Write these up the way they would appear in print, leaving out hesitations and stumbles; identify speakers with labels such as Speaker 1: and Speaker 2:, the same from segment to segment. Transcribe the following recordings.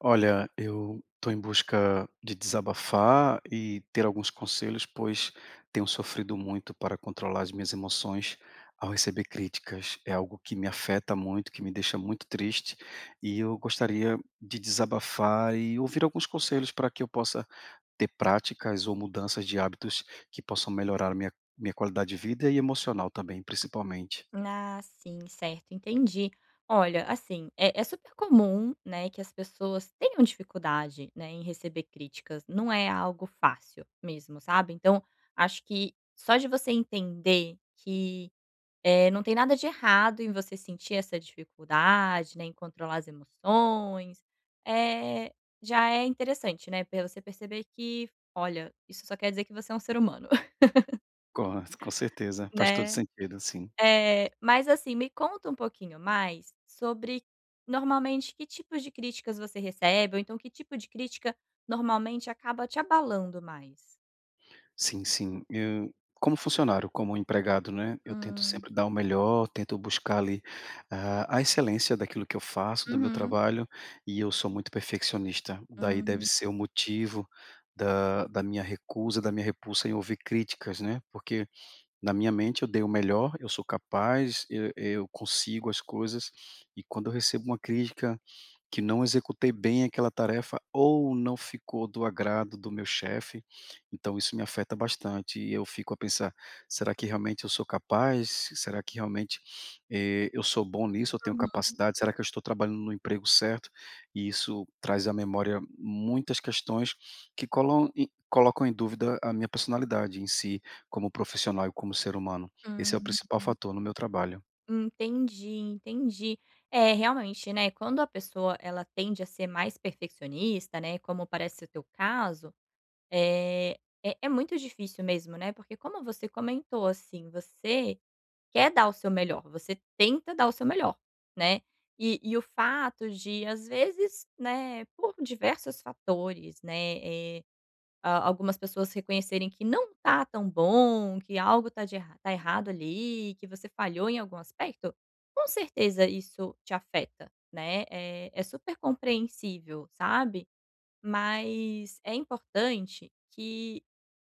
Speaker 1: Olha, eu estou em busca de desabafar e ter alguns conselhos, pois tenho sofrido muito para controlar as minhas emoções ao receber críticas. É algo que me afeta muito, que me deixa muito triste, e eu gostaria de desabafar e ouvir alguns conselhos para que eu possa ter práticas ou mudanças de hábitos que possam melhorar minha qualidade de vida e emocional também, principalmente.
Speaker 2: Ah, sim, certo, entendi. Olha, assim, é super comum, né, que as pessoas tenham dificuldade, né, em receber críticas. Não é algo fácil mesmo, sabe? Então, acho que só de você entender que não tem nada de errado em você sentir essa dificuldade, né, em controlar as emoções, é, já é interessante, né, para você perceber que, olha, isso só quer dizer que você é um ser humano,
Speaker 1: Com certeza, faz todo
Speaker 2: né?
Speaker 1: sentido, sim.
Speaker 2: É, mas assim, me conta um pouquinho mais sobre, normalmente, que tipos de críticas você recebe, ou então que tipo de crítica normalmente acaba te abalando mais?
Speaker 1: Sim, sim. Eu, como funcionário, como empregado, né, eu tento
Speaker 2: Hum.
Speaker 1: sempre dar o melhor, tento buscar ali a excelência daquilo que eu faço, do meu
Speaker 2: Uhum.
Speaker 1: trabalho, e eu sou muito perfeccionista. Daí deve
Speaker 2: Hum.
Speaker 1: ser o motivo da minha recusa, da minha repulsa em ouvir críticas, né? Porque na minha mente eu dei o melhor, eu sou capaz, eu consigo as coisas, e quando eu recebo uma crítica que não executei bem aquela tarefa ou não ficou do agrado do meu chefe, então isso me afeta bastante e eu fico a pensar: "Será que realmente eu sou capaz? Será que realmente, eu sou bom nisso? Eu tenho
Speaker 2: Uhum.
Speaker 1: capacidade? Será que eu estou trabalhando no emprego certo?" E isso traz à memória muitas questões que colam em colocam em dúvida a minha personalidade em si, como profissional e como ser humano. Esse é o
Speaker 2: Hum.
Speaker 1: principal fator no meu trabalho.
Speaker 2: Entendi, entendi. É, realmente, né, quando a pessoa ela tende a ser mais perfeccionista, né, como parece ser o teu caso, é muito difícil mesmo, né, porque como você comentou, assim, você quer dar o seu melhor, você tenta dar o seu melhor, né. E o fato de, às vezes, né, por diversos fatores, né, eh, a algumas pessoas reconhecerem que não tá tão bom, que algo tá errado ali, que você falhou em algum aspecto, com certeza isso te afeta, né, é super compreensível, sabe. Mas é importante que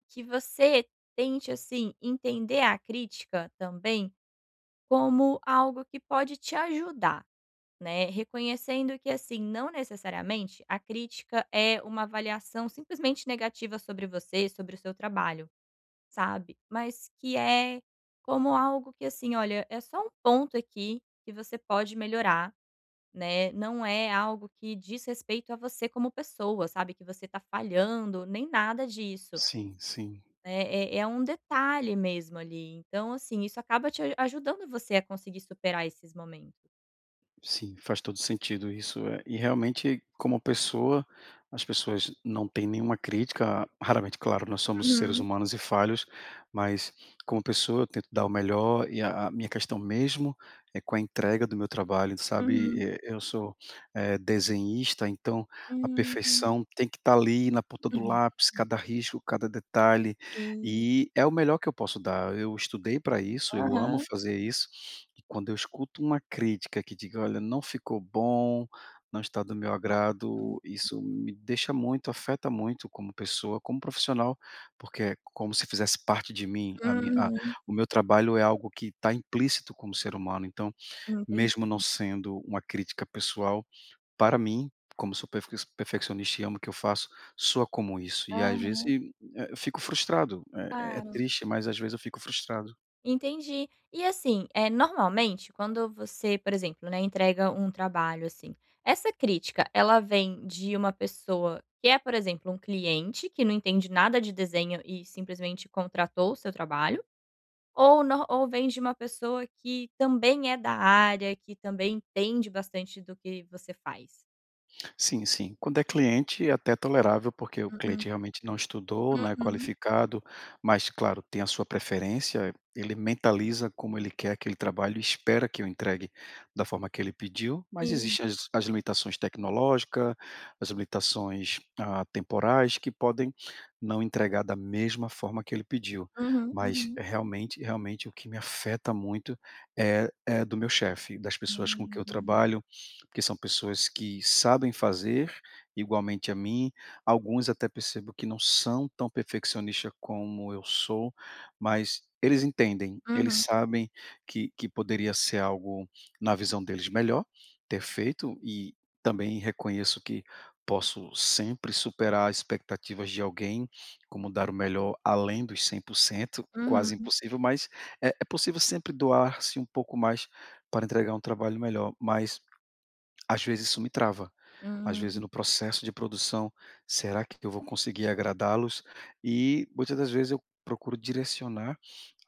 Speaker 2: que você tente, assim, entender a crítica também como algo que pode te ajudar, né, reconhecendo que, assim, não necessariamente a crítica é uma avaliação simplesmente negativa sobre você, sobre o seu trabalho, sabe. Mas que é como algo que, assim, olha, é só um ponto aqui que você pode melhorar, né, não é algo que diz respeito a você como pessoa, sabe, que você tá falhando, nem nada disso.
Speaker 1: Sim, sim.
Speaker 2: É um detalhe mesmo ali. Então, assim, isso acaba te a ajudando você a conseguir superar esses momentos.
Speaker 1: Sim, faz todo sentido isso, e realmente como pessoa, as pessoas não têm nenhuma crítica, raramente, claro, nós somos seres
Speaker 2: Uhum,
Speaker 1: humanos e falhos, mas como pessoa eu tento dar o melhor e a minha questão mesmo é com a entrega do meu trabalho, sabe,
Speaker 2: uhum.
Speaker 1: eu sou, desenhista, então a
Speaker 2: Hum.
Speaker 1: perfeição tem que estar ali na ponta do lápis, cada risco, cada detalhe,
Speaker 2: Sim.
Speaker 1: e é o melhor que eu posso dar. Eu estudei para isso, eu amo
Speaker 2: Aham.
Speaker 1: fazer isso e quando eu escuto uma crítica que diga: "Olha, não ficou bom, não está do meu
Speaker 2: Hum.
Speaker 1: agrado", isso me deixa muito, afeta muito como pessoa, como profissional, porque é como se fizesse parte de mim, a minha a
Speaker 2: Uhum.
Speaker 1: o meu trabalho é algo que está implícito como ser humano, então,
Speaker 2: Entendi.
Speaker 1: mesmo não sendo uma crítica pessoal, para mim, como sou perfeccionista e amo o que eu faço, soa como isso, e às vezes
Speaker 2: Aham,
Speaker 1: eu fico frustrado, é
Speaker 2: claro.
Speaker 1: triste, mas às vezes eu fico frustrado.
Speaker 2: Entendi. E assim, é normalmente quando você, por exemplo, né, entrega um trabalho, assim, essa crítica ela vem de uma pessoa que é, por exemplo, um cliente que não entende nada de desenho e simplesmente contratou o seu trabalho. Ou nor ou vem de uma pessoa que também é da área, que também entende bastante do que você faz?
Speaker 1: Sim, sim. Quando é cliente, é até tolerável, porque o cliente
Speaker 2: Uhum,
Speaker 1: realmente não estudou, não é
Speaker 2: uhum.
Speaker 1: qualificado, mas, claro, tem a sua preferência, ele mentaliza como ele quer aquele trabalho e espera que eu entregue da forma que ele pediu, mas
Speaker 2: Sim.
Speaker 1: existem as limitações tecnológicas, as limitações temporais, que podem não entregar da mesma forma que ele pediu.
Speaker 2: Uhum,
Speaker 1: Mas
Speaker 2: uhum.
Speaker 1: realmente, realmente o que me afeta muito é do meu chefe, das pessoas com que eu
Speaker 2: Hum.
Speaker 1: trabalho porque são pessoas que sabem fazer igualmente a mim, alguns até percebo que não são tão perfeccionistas como eu sou, mas eles entendem, eles
Speaker 2: Uhum,
Speaker 1: sabem que poderia ser algo, na visão deles, melhor ter feito e também reconheço que posso sempre superar expectativas de alguém, como dar o melhor além dos 100%, quase
Speaker 2: uhum.
Speaker 1: impossível, mas é possível sempre doar-se um pouco mais para entregar um trabalho melhor, mas às vezes isso me trava. Às
Speaker 2: Hum.
Speaker 1: vezes no processo de produção, será que eu vou conseguir agradá-los? E muitas das vezes eu procuro direcionar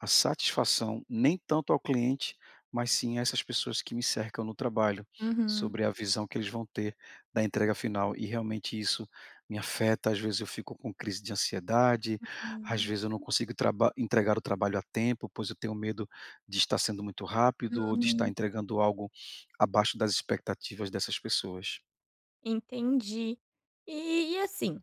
Speaker 1: a satisfação nem tanto ao cliente, mas sim a essas pessoas que me cercam no trabalho,
Speaker 2: Uhum.
Speaker 1: sobre a visão que eles vão ter da entrega final. E realmente isso me afeta, às vezes eu fico com crise de ansiedade, às
Speaker 2: Hum.
Speaker 1: vezes eu não consigo traba entregar o trabalho a tempo, pois eu tenho medo de estar sendo muito rápido ou de estar
Speaker 2: Uhum.
Speaker 1: entregando algo abaixo das expectativas dessas pessoas.
Speaker 2: Entendi. E e assim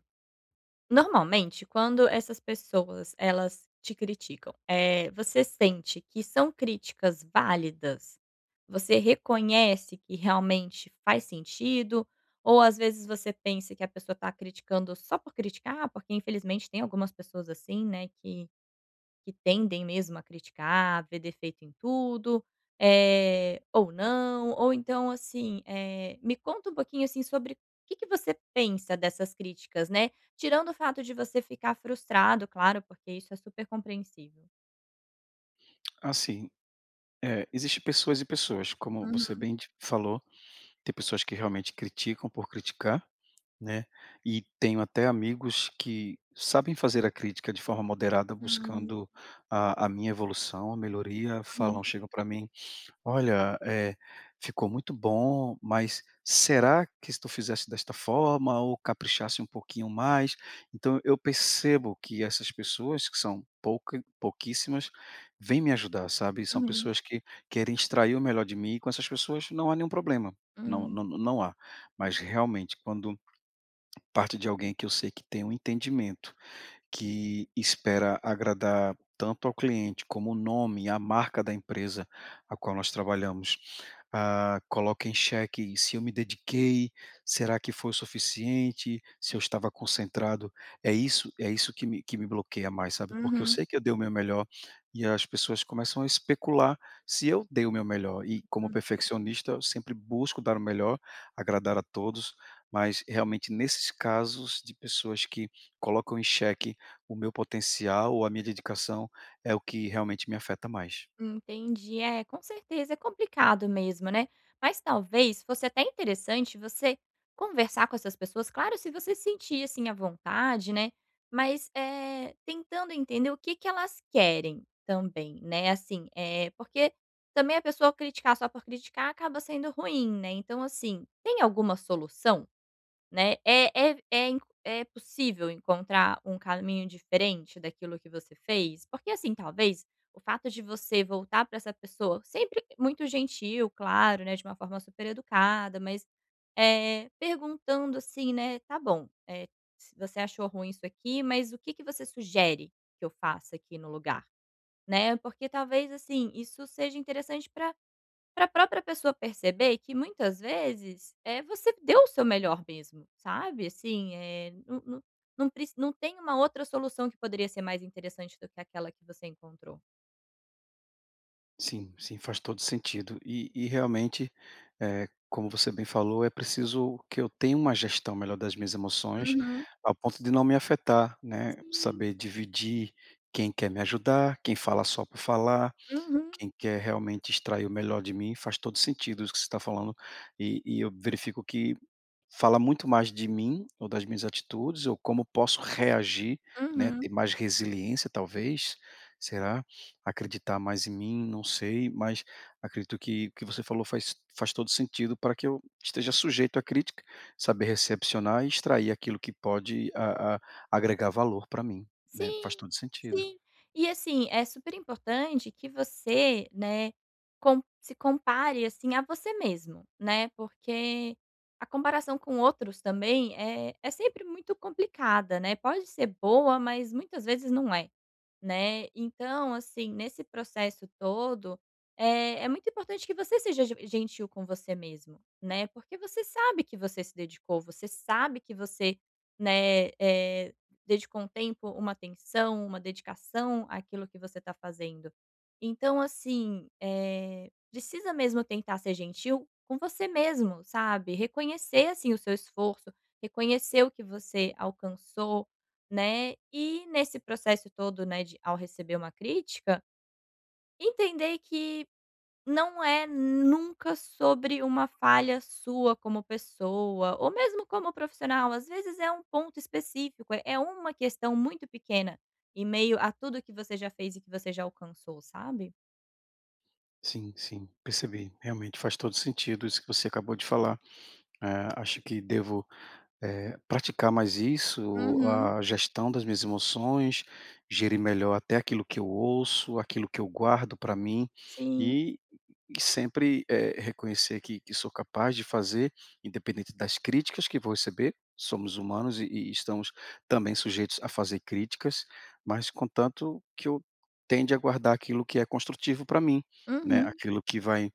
Speaker 2: Normalmente, quando essas pessoas elas te criticam, você sente que são críticas válidas? Você reconhece que realmente faz sentido? Ou às vezes você pensa que a pessoa está criticando só por criticar? Porque infelizmente tem algumas pessoas assim, né, que tendem mesmo a criticar, ver defeito em tudo, ou não, ou então assim, me conta um pouquinho assim sobre o que que você pensa dessas críticas, né, tirando o fato de você ficar frustrado, claro, porque isso é super compreensível.
Speaker 1: Assim, existe pessoas e pessoas, como você
Speaker 2: Uhum,
Speaker 1: bem di falou, tem pessoas que realmente criticam por criticar, né, e tenho até amigos que sabem fazer a crítica de forma moderada
Speaker 2: uhum,
Speaker 1: buscando a minha evolução, a melhoria, falam chegam para mim: "Olha, ficou muito bom, mas será que se tu fizesse desta forma ou caprichasse um pouquinho mais?" Então eu percebo que essas pessoas, que são pouca pouquíssimas, vêm me ajudar, sabe? São
Speaker 2: uhum,
Speaker 1: pessoas que querem extrair o melhor de mim e com essas pessoas não há nenhum problema, não, não,
Speaker 2: uhum,
Speaker 1: não há. Mas realmente quando parte de alguém que eu sei que tem um entendimento que espera agradar tanto ao cliente como o nome, a marca da empresa a qual nós trabalhamos, coloca em xeque se eu me dediquei, será que foi o suficiente, se eu estava concentrado, é isso que me bloqueia mais, sabe, porque eu
Speaker 2: uhum.
Speaker 1: sei que eu dei o meu melhor e as pessoas começam a especular se eu dei o meu melhor e como perfeccionista eu sempre busco dar o melhor, agradar a todos, mas realmente nesses casos de pessoas que colocam em xeque o meu potencial ou a minha dedicação é o que realmente me afeta mais.
Speaker 2: Entendi. É, com certeza é complicado mesmo, né. Mas talvez fosse até interessante você conversar com essas pessoas, claro, se você se sentir, assim, à vontade, né, mas, é tentando entender o que que elas querem também, né, assim, é porque também a pessoa criticar só por criticar acaba sendo ruim, né. Então, assim, tem alguma solução? Né, é é é in é possível encontrar um caminho diferente daquilo que você fez? Porque, assim, talvez o fato de você voltar para essa pessoa, sempre muito gentil, claro, né, de uma forma super educada, mas, é perguntando assim, né: "Tá bom, se você achou ruim isso aqui, mas o que que você sugere que eu faça aqui no lugar?", né, porque talvez, assim, isso seja interessante pra para a própria pessoa perceber que muitas vezes, é você deu o seu melhor mesmo, sabe, assim, é não tem uma outra solução que poderia ser mais interessante do que aquela que você encontrou.
Speaker 1: Sim, sim, faz todo sentido. E realmente, como você bem falou, é preciso que eu tenha uma gestão melhor das minhas emoções,
Speaker 2: Uhum.
Speaker 1: ao ponto de não me afetar, né?
Speaker 2: Sim.
Speaker 1: Saber dividir quem quer me ajudar, quem fala só por falar,
Speaker 2: Uhum,
Speaker 1: quem quer realmente extrair o melhor de mim, faz todo sentido isso que você está falando. E eu verifico que fala muito mais de mim ou das minhas atitudes ou como posso reagir, né, ter
Speaker 2: uhum.
Speaker 1: mais resiliência talvez, será? Acreditar mais em mim, não sei, mas acredito que o que você falou faz todo sentido para que eu esteja sujeito à crítica, saber recepcionar e extrair aquilo que pode a agregar valor para mim, né, faz
Speaker 2: Sim,
Speaker 1: todo sentido.
Speaker 2: sim. E assim, é super importante que você, né, com se compare, assim, a você mesmo, né, porque a comparação com outros também é sempre muito complicada, né, pode ser boa, mas muitas vezes não é, né. Então, assim, nesse processo todo, é muito importante que você seja ge gentil com você mesmo, né, porque você sabe que você se dedicou, você sabe que você, né, dedicou um tempo, uma atenção, uma dedicação àquilo que você está fazendo. Então, assim, precisa mesmo tentar ser gentil com você mesmo, sabe? Reconhecer, assim, o seu esforço, reconhecer o que você alcançou, né? E nesse processo todo, né, de, ao receber uma crítica, entender que não é nunca sobre uma falha sua como pessoa, ou mesmo como profissional, às vezes é um ponto específico, é uma questão muito pequena, em meio a tudo que você já fez e que você já alcançou, sabe?
Speaker 1: Sim, sim, percebi, realmente faz todo sentido isso que você acabou de falar. Acho que devo praticar mais isso,
Speaker 2: Uhum.
Speaker 1: a gestão das minhas emoções, gerir melhor até aquilo que eu ouço, aquilo que eu guardo para mim
Speaker 2: Sim.
Speaker 1: e, e sempre reconhecer que sou capaz de fazer, independente das críticas que vou receber. Somos humanos e estamos também sujeitos a fazer críticas, mas contanto que eu tende a guardar aquilo que é construtivo para mim, né?
Speaker 2: Uhum.
Speaker 1: Aquilo que vai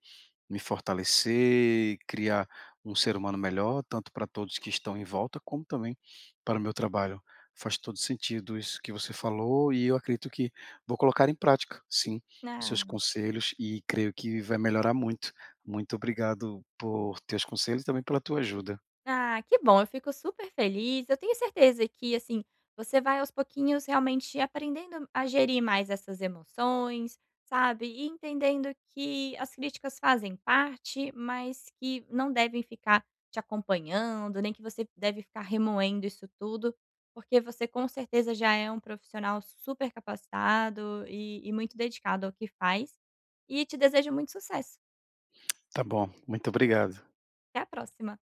Speaker 1: me fortalecer, criar um ser humano melhor, tanto para todos que estão em volta, como também para o meu trabalho. Faz todo sentido isso que você falou e eu acredito que vou colocar em prática, sim, os seus
Speaker 2: Ah.
Speaker 1: conselhos e creio que vai melhorar muito. Muito obrigado por teus conselhos e também pela tua ajuda.
Speaker 2: Ah, que bom, eu fico super feliz. Eu tenho certeza que, assim, você vai aos pouquinhos realmente aprendendo a gerir mais essas emoções, sabe? E entendendo que as críticas fazem parte, mas que não devem ficar te acompanhando, nem que você deve ficar remoendo isso tudo, porque você com certeza já é um profissional super capacitado e muito dedicado ao que faz. E te desejo muito sucesso.
Speaker 1: Tá bom, muito obrigado.
Speaker 2: Até a próxima.